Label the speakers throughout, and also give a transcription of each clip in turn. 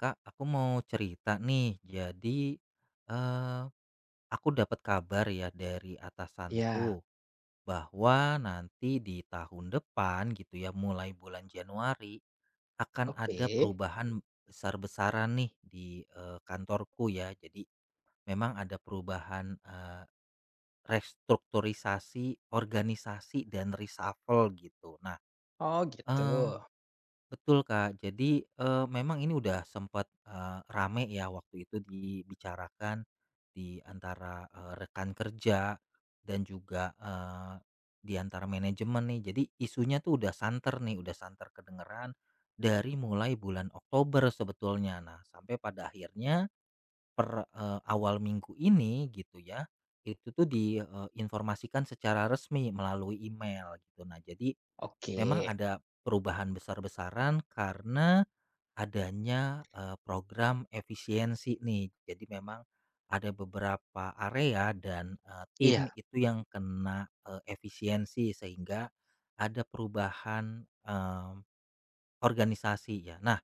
Speaker 1: Kak, aku mau cerita nih. Jadi, eh, aku dapat kabar ya dari atasanku
Speaker 2: Iya,
Speaker 1: bahwa nanti di tahun depan gitu ya, mulai bulan Januari akan
Speaker 2: oke.
Speaker 1: ada perubahan besar-besaran nih di kantorku ya. Jadi, memang ada perubahan restrukturisasi organisasi dan reshuffle gitu. Nah,
Speaker 2: Oh gitu,
Speaker 1: eh, Betul, Kak. Jadi, memang ini udah sempat, rame ya waktu itu dibicarakan di antara, rekan kerja dan juga, di antara manajemen nih. Jadi isunya tuh udah santer nih, udah santer kedengeran dari mulai bulan Oktober sebetulnya. Nah, sampai pada akhirnya per, awal minggu ini gitu ya, itu tuh diinformasikan secara resmi melalui email gitu. Nah, jadi
Speaker 2: oke.
Speaker 1: memang ada perubahan besar-besaran karena adanya, program efisiensi nih. Jadi memang ada beberapa area dan, tim
Speaker 2: Iya,
Speaker 1: itu yang kena, efisiensi sehingga ada perubahan, organisasi ya. Nah,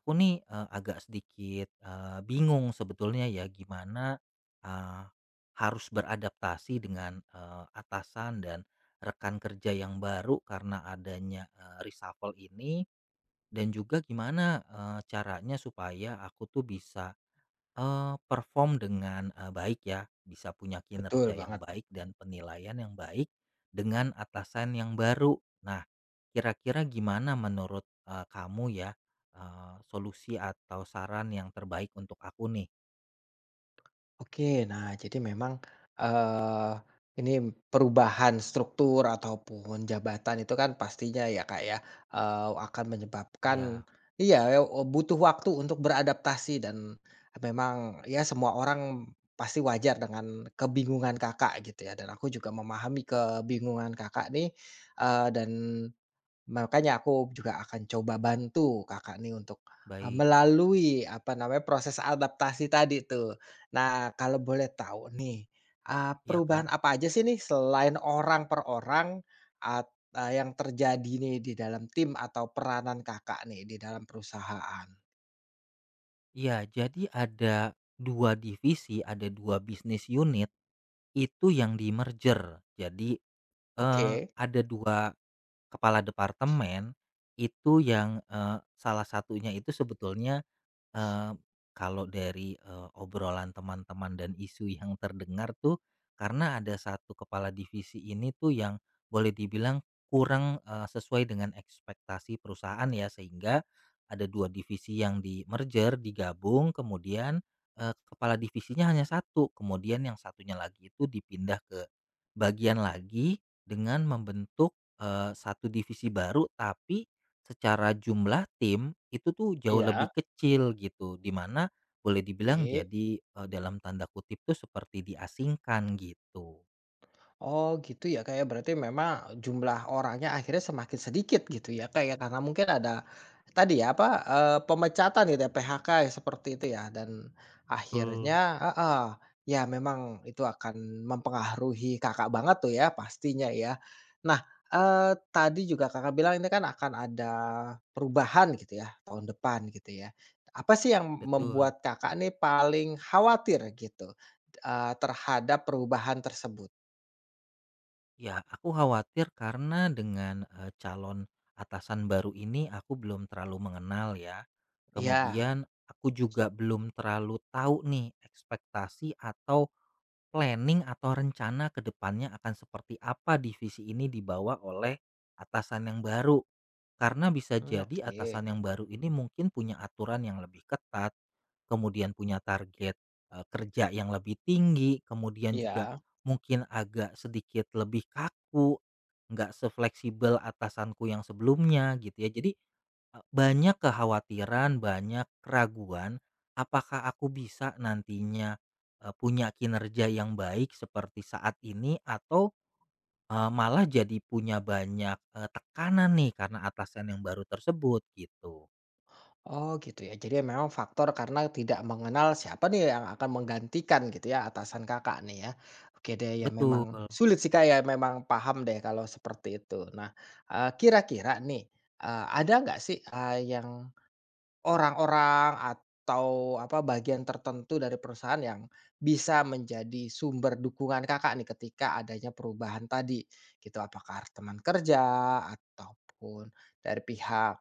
Speaker 1: aku nih, agak sedikit, bingung sebetulnya ya gimana, eee, harus beradaptasi dengan, atasan dan rekan kerja yang baru karena adanya, reshuffle ini dan juga gimana, caranya supaya aku tuh bisa, perform dengan, baik ya, bisa punya kinerja
Speaker 2: betul
Speaker 1: yang
Speaker 2: banget.
Speaker 1: baik dan penilaian yang baik dengan atasan yang baru. Nah, kira-kira gimana menurut, kamu ya, solusi atau saran yang terbaik untuk aku nih?
Speaker 2: Oke, nah jadi memang, eee, ini perubahan struktur ataupun jabatan itu kan pastinya ya Kak ya, akan menyebabkan
Speaker 1: Iya,
Speaker 2: iya, oh, butuh waktu untuk beradaptasi dan memang ya semua orang pasti wajar dengan kebingungan Kakak gitu ya dan aku juga memahami kebingungan Kakak nih, dan makanya aku juga akan coba bantu Kakak nih untuk,
Speaker 1: baik.
Speaker 2: melalui apa namanya, proses adaptasi tadi tuh. Nah, kalau boleh tahu nih,
Speaker 1: Iya, Kak.
Speaker 2: perubahan apa aja sih nih selain orang per orang at yang terjadi nih di dalam tim atau peranan Kakak nih di dalam perusahaan?
Speaker 1: Iya, jadi ada 2 divisi, ada 2 bisnis unit itu yang di-merger. Jadi, eee,
Speaker 2: Oke.
Speaker 1: ada 2 kepala departemen itu yang, salah satunya itu sebetulnya. Eee, Kalau dari, obrolan teman-teman dan isu yang terdengar tuh, karena ada satu kepala divisi ini tuh yang boleh dibilang kurang, sesuai dengan ekspektasi perusahaan ya, sehingga ada 2 divisi yang di-merger, digabung, kemudian, kepala divisinya hanya satu, kemudian yang satunya lagi itu dipindah ke bagian lagi dengan membentuk, satu divisi baru tapi secara jumlah tim, itu tuh jauh lebih
Speaker 2: Iya.
Speaker 1: kecil gitu, dimana boleh dibilang
Speaker 2: Oke.
Speaker 1: jadi, dalam tanda kutip tuh seperti diasingkan gitu.
Speaker 2: Oh gitu ya kayak berarti memang jumlah orangnya akhirnya semakin sedikit gitu ya kayak karena mungkin ada tadi ya apa, pemecatan gitu ya, PHK seperti itu ya dan akhirnya
Speaker 1: Betul,
Speaker 2: heeh, ya memang itu akan mempengaruhi Kakak banget tuh ya pastinya ya. Nah, tadi juga Kakak bilang ini kan akan ada perubahan gitu ya tahun depan gitu ya. Apa sih yang
Speaker 1: betul.
Speaker 2: membuat Kakak nih paling khawatir gitu, terhadap perubahan tersebut?
Speaker 1: Ya, aku khawatir karena dengan, calon atasan baru ini aku belum terlalu mengenal ya.
Speaker 2: Iya,
Speaker 1: Kemudian aku juga belum terlalu tahu nih ekspektasi atau planning atau rencana ke depannya akan seperti apa divisi ini dibawa oleh atasan yang baru. Karena bisa
Speaker 2: mmm,
Speaker 1: jadi
Speaker 2: oke,
Speaker 1: atasan yang baru ini mungkin punya aturan yang lebih ketat, kemudian punya target, kerja yang lebih tinggi, kemudian juga
Speaker 2: iya.
Speaker 1: mungkin agak sedikit lebih kaku, nggak sefleksibel atasanku yang sebelumnya gitu ya. Jadi, banyak kekhawatiran, banyak keraguan, apakah aku bisa nantinya, punya kinerja yang baik seperti saat ini atau malah jadi punya banyak, tekanan nih karena atasan yang baru tersebut gitu.
Speaker 2: Oh gitu ya, jadi memang faktor karena tidak mengenal siapa nih yang akan menggantikan gitu ya, atasan Kakak nih ya. Oke deh, ya
Speaker 1: Betul,
Speaker 2: memang sulit sih, Kak, ya memang paham deh kalau seperti itu. Nah, kira-kira nih, ada nggak sih, eee, yang orang-orang atau apa, bagian tertentu dari perusahaan yang bisa menjadi sumber dukungan Kakak nih ketika adanya perubahan tadi, gitu. Apakah teman kerja ataupun dari pihak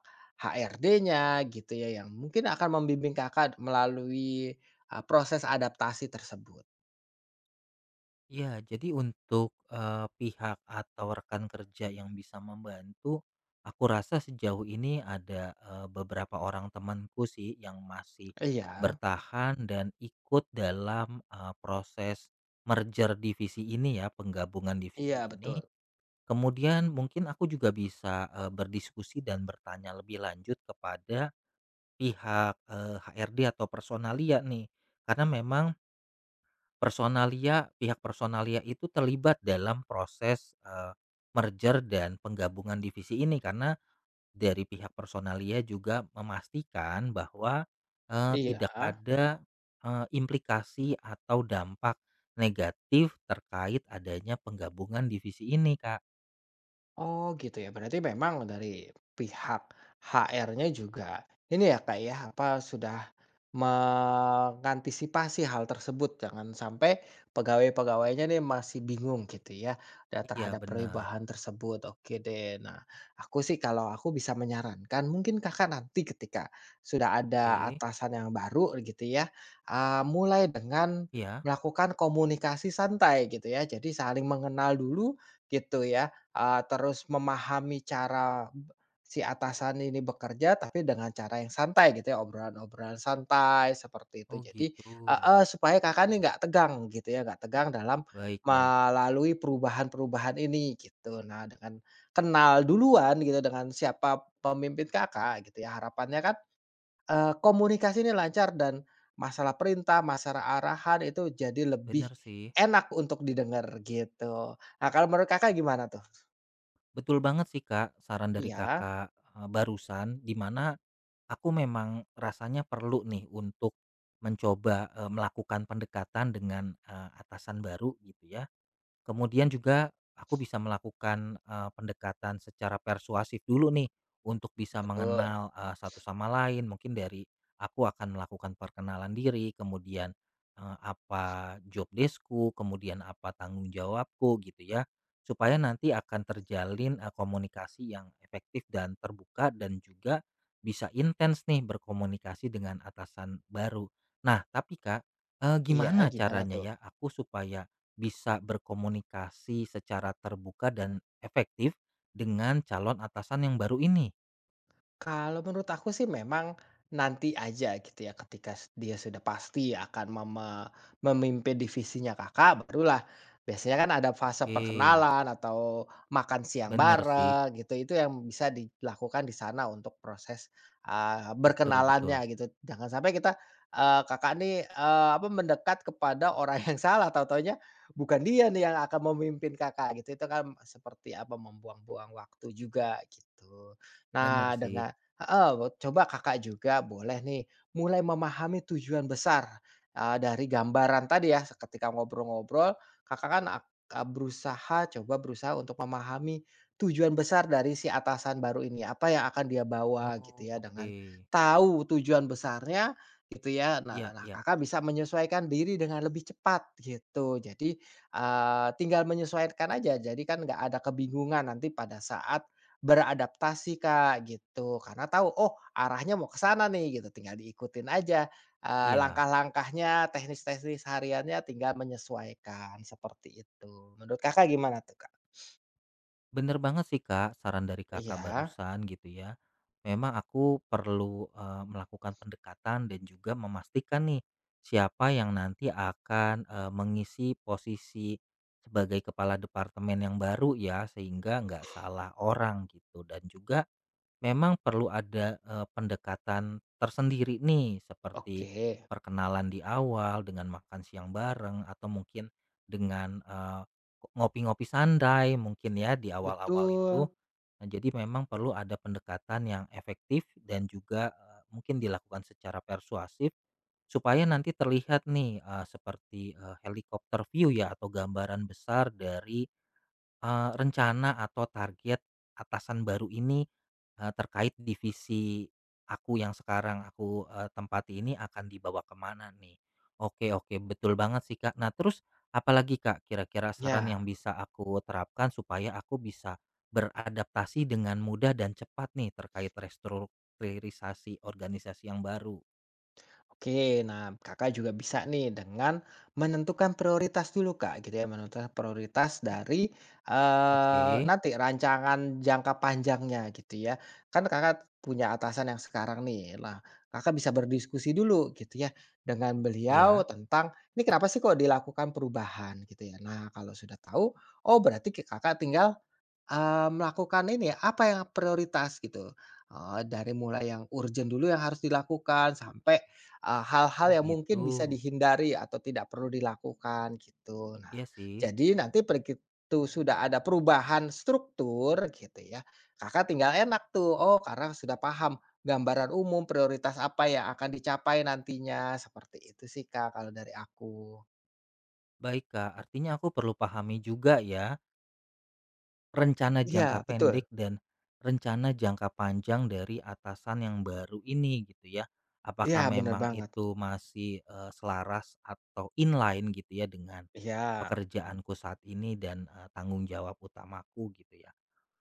Speaker 2: HRD-nya gitu ya, yang mungkin akan membimbing Kakak melalui, proses adaptasi tersebut.
Speaker 1: ya jadi untuk, pihak atau rekan kerja yang bisa membantu, aku rasa sejauh ini ada, beberapa orang temanku sih yang masih
Speaker 2: Iya.
Speaker 1: bertahan dan ikut dalam, proses merger divisi ini ya, penggabungan divisi
Speaker 2: Iya,
Speaker 1: ini.
Speaker 2: betul.
Speaker 1: Kemudian mungkin aku juga bisa, berdiskusi dan bertanya lebih lanjut kepada pihak, HRD atau Personalia nih, karena memang pihak Personalia itu terlibat dalam proses, merger dan penggabungan divisi ini karena dari pihak Personalia juga memastikan bahwa, tidak
Speaker 2: Iya.
Speaker 1: ada, implikasi atau dampak negatif terkait adanya penggabungan divisi ini, Kak.
Speaker 2: Oh gitu ya, berarti memang dari pihak HR-nya juga ini ya Kak ya, apa sudah mengantisipasi hal tersebut jangan sampai pegawai-pegawainya nih masih bingung gitu ya
Speaker 1: Iya,
Speaker 2: terhadap
Speaker 1: benar.
Speaker 2: perubahan tersebut. Oke deh. Nah, aku sih kalau aku bisa menyarankan mungkin Kakak nanti ketika sudah ada
Speaker 1: Oke,
Speaker 2: atasan yang baru gitu ya, ah, mulai dengan
Speaker 1: iya,
Speaker 2: melakukan komunikasi santai gitu ya. Jadi saling mengenal dulu gitu ya terus memahami cara si atasan ini bekerja, tapi dengan cara yang santai gitu ya, obrolan-obrolan santai seperti itu.
Speaker 1: oh
Speaker 2: Jadi
Speaker 1: gitu,
Speaker 2: heeh, supaya Kakak nih nggak tegang gitu ya, nggak tegang dalam
Speaker 1: baik, baik,
Speaker 2: melalui perubahan-perubahan ini gitu. Nah, dengan kenal duluan gitu dengan siapa pemimpin Kakak gitu ya, harapannya kan, komunikasi ini lancar dan masalah perintah, masalah arahan itu jadi lebih
Speaker 1: benar sih.
Speaker 2: enak untuk didengar gitu. Nah, kalau menurut Kakak gimana tuh?
Speaker 1: Betul banget sih, Kak, saran dari
Speaker 2: Iya.
Speaker 1: Kakak, barusan, di mana aku memang rasanya perlu nih untuk mencoba, melakukan pendekatan dengan, atasan baru gitu ya. Kemudian juga aku bisa melakukan, pendekatan secara persuasif dulu nih untuk bisa
Speaker 2: Betul.
Speaker 1: mengenal, satu sama lain. Mungkin dari aku akan melakukan perkenalan diri, kemudian, apa job desk kemudian apa tanggung jawabku gitu ya. Supaya nanti akan terjalin, komunikasi yang efektif dan terbuka dan juga bisa intens nih berkomunikasi dengan atasan baru. Nah tapi Kak,
Speaker 2: Iya,
Speaker 1: gimana
Speaker 2: gimana
Speaker 1: caranya
Speaker 2: tuh?
Speaker 1: ya aku supaya bisa berkomunikasi secara terbuka dan efektif dengan calon atasan yang baru ini.
Speaker 2: Kalau menurut aku sih memang nanti aja gitu ya ketika dia sudah pasti akan memimpin divisinya Kakak, barulah biasanya kan ada fase
Speaker 1: Oke,
Speaker 2: perkenalan atau makan siang
Speaker 1: bener sih.
Speaker 2: bareng gitu, itu yang bisa dilakukan di sana untuk proses,
Speaker 1: Betul, betul.
Speaker 2: berkenalannya gitu. Jangan sampai kita, Kakak nih, apa, mendekat kepada orang yang salah, tahu-tahunya bukan dia nih yang akan memimpin Kakak gitu, itu kan seperti apa, membuang-buang waktu juga gitu.
Speaker 1: Bener
Speaker 2: Nah,
Speaker 1: sih.
Speaker 2: coba Kakak juga boleh nih mulai memahami tujuan besar, dari gambaran tadi ya, ketika ngobrol-ngobrol Kakak kan berusaha untuk memahami tujuan besar dari si atasan baru ini, apa yang akan dia bawa gitu
Speaker 1: Oh,
Speaker 2: ya, dengan
Speaker 1: oke.
Speaker 2: tahu tujuan besarnya gitu ya. Nah
Speaker 1: Iya,
Speaker 2: nah
Speaker 1: iya,
Speaker 2: Kakak bisa menyesuaikan diri dengan lebih cepat gitu. Jadi, tinggal menyesuaikan aja, jadi kan nggak ada kebingungan nanti pada saat beradaptasi, Kak, gitu. Karena tahu, oh arahnya mau ke sana nih gitu, tinggal diikutin aja,
Speaker 1: iya.
Speaker 2: langkah-langkahnya, teknis-teknis hariannya tinggal menyesuaikan, seperti itu. Menurut Kakak gimana tuh, Kak?
Speaker 1: Bener banget sih, Kak, saran dari Kakak
Speaker 2: Iya,
Speaker 1: barusan gitu ya. Memang aku perlu, melakukan pendekatan dan juga memastikan nih, siapa yang nanti akan, mengisi posisi sebagai kepala departemen yang baru ya, sehingga nggak salah orang gitu. Dan juga memang perlu ada, pendekatan tersendiri nih seperti
Speaker 2: oke.
Speaker 1: perkenalan di awal dengan makan siang bareng atau mungkin dengan, ngopi-ngopi santai mungkin ya di awal-awal itu.
Speaker 2: Betul.
Speaker 1: Nah, jadi memang perlu ada pendekatan yang efektif dan juga, mungkin dilakukan secara persuasif supaya nanti terlihat nih, seperti, helikopter view ya atau gambaran besar dari rencana atau target atasan baru ini, terkait divisi aku yang sekarang aku, tempati ini akan dibawa kemana nih? Oke, oke, betul banget sih, Kak. Nah, terus apalagi, Kak, kira-kira saran
Speaker 2: Ya,
Speaker 1: yang bisa aku terapkan supaya aku bisa beradaptasi dengan mudah dan cepat nih terkait restrukturisasi organisasi yang baru?
Speaker 2: oke, nah Kakak juga bisa nih dengan menentukan prioritas dulu Kak gitu ya, menentukan prioritas dari,
Speaker 1: Oke,
Speaker 2: nanti rancangan jangka panjangnya gitu ya. Kan Kakak punya atasan yang sekarang nih, lah, Kakak bisa berdiskusi dulu gitu ya dengan beliau
Speaker 1: ya,
Speaker 2: tentang, "Ini kenapa sih kok dilakukan perubahan?" Gitu ya. Nah kalau sudah tahu, oh berarti Kakak tinggal melakukan ini ya, apa yang prioritas gitu, dari mulai yang urgent dulu yang harus dilakukan sampai, hal-hal
Speaker 1: oh,
Speaker 2: yang
Speaker 1: gitu.
Speaker 2: mungkin bisa dihindari atau tidak perlu dilakukan gitu. Nah,
Speaker 1: Iya sih.
Speaker 2: jadi nanti begitu sudah ada perubahan struktur gitu ya, Kakak tinggal enak tuh, oh karena sudah paham gambaran umum prioritas apa yang akan dicapai nantinya, seperti itu sih Kak kalau dari aku.
Speaker 1: Baik, Kak, artinya aku perlu pahami juga ya rencana jangka
Speaker 2: Iya betul,
Speaker 1: pendek dan rencana jangka panjang dari atasan yang baru ini gitu ya.
Speaker 2: iya
Speaker 1: Apakah
Speaker 2: bener
Speaker 1: memang
Speaker 2: banget,
Speaker 1: itu masih, selaras atau inline gitu ya dengan
Speaker 2: iya.
Speaker 1: pekerjaanku saat ini dan, tanggung jawab utamaku gitu ya?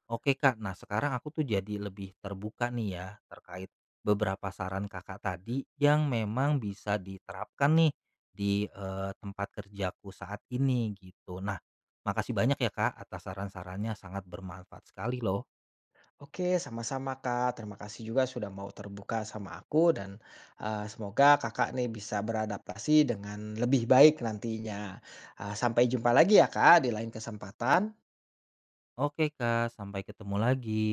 Speaker 1: Oke Kak, nah sekarang aku tuh jadi lebih terbuka nih ya terkait beberapa saran Kakak tadi yang memang bisa diterapkan nih di tempat kerjaku saat ini gitu. Nah, makasih banyak ya Kak atas saran-sarannya sangat bermanfaat sekali loh.
Speaker 2: Oke, sama-sama Kak. Terima kasih juga sudah mau terbuka sama aku dan semoga Kakak nih bisa beradaptasi dengan lebih baik nantinya. Ah, sampai jumpa lagi ya Kak di lain kesempatan.
Speaker 1: Oke Kak, sampai ketemu lagi.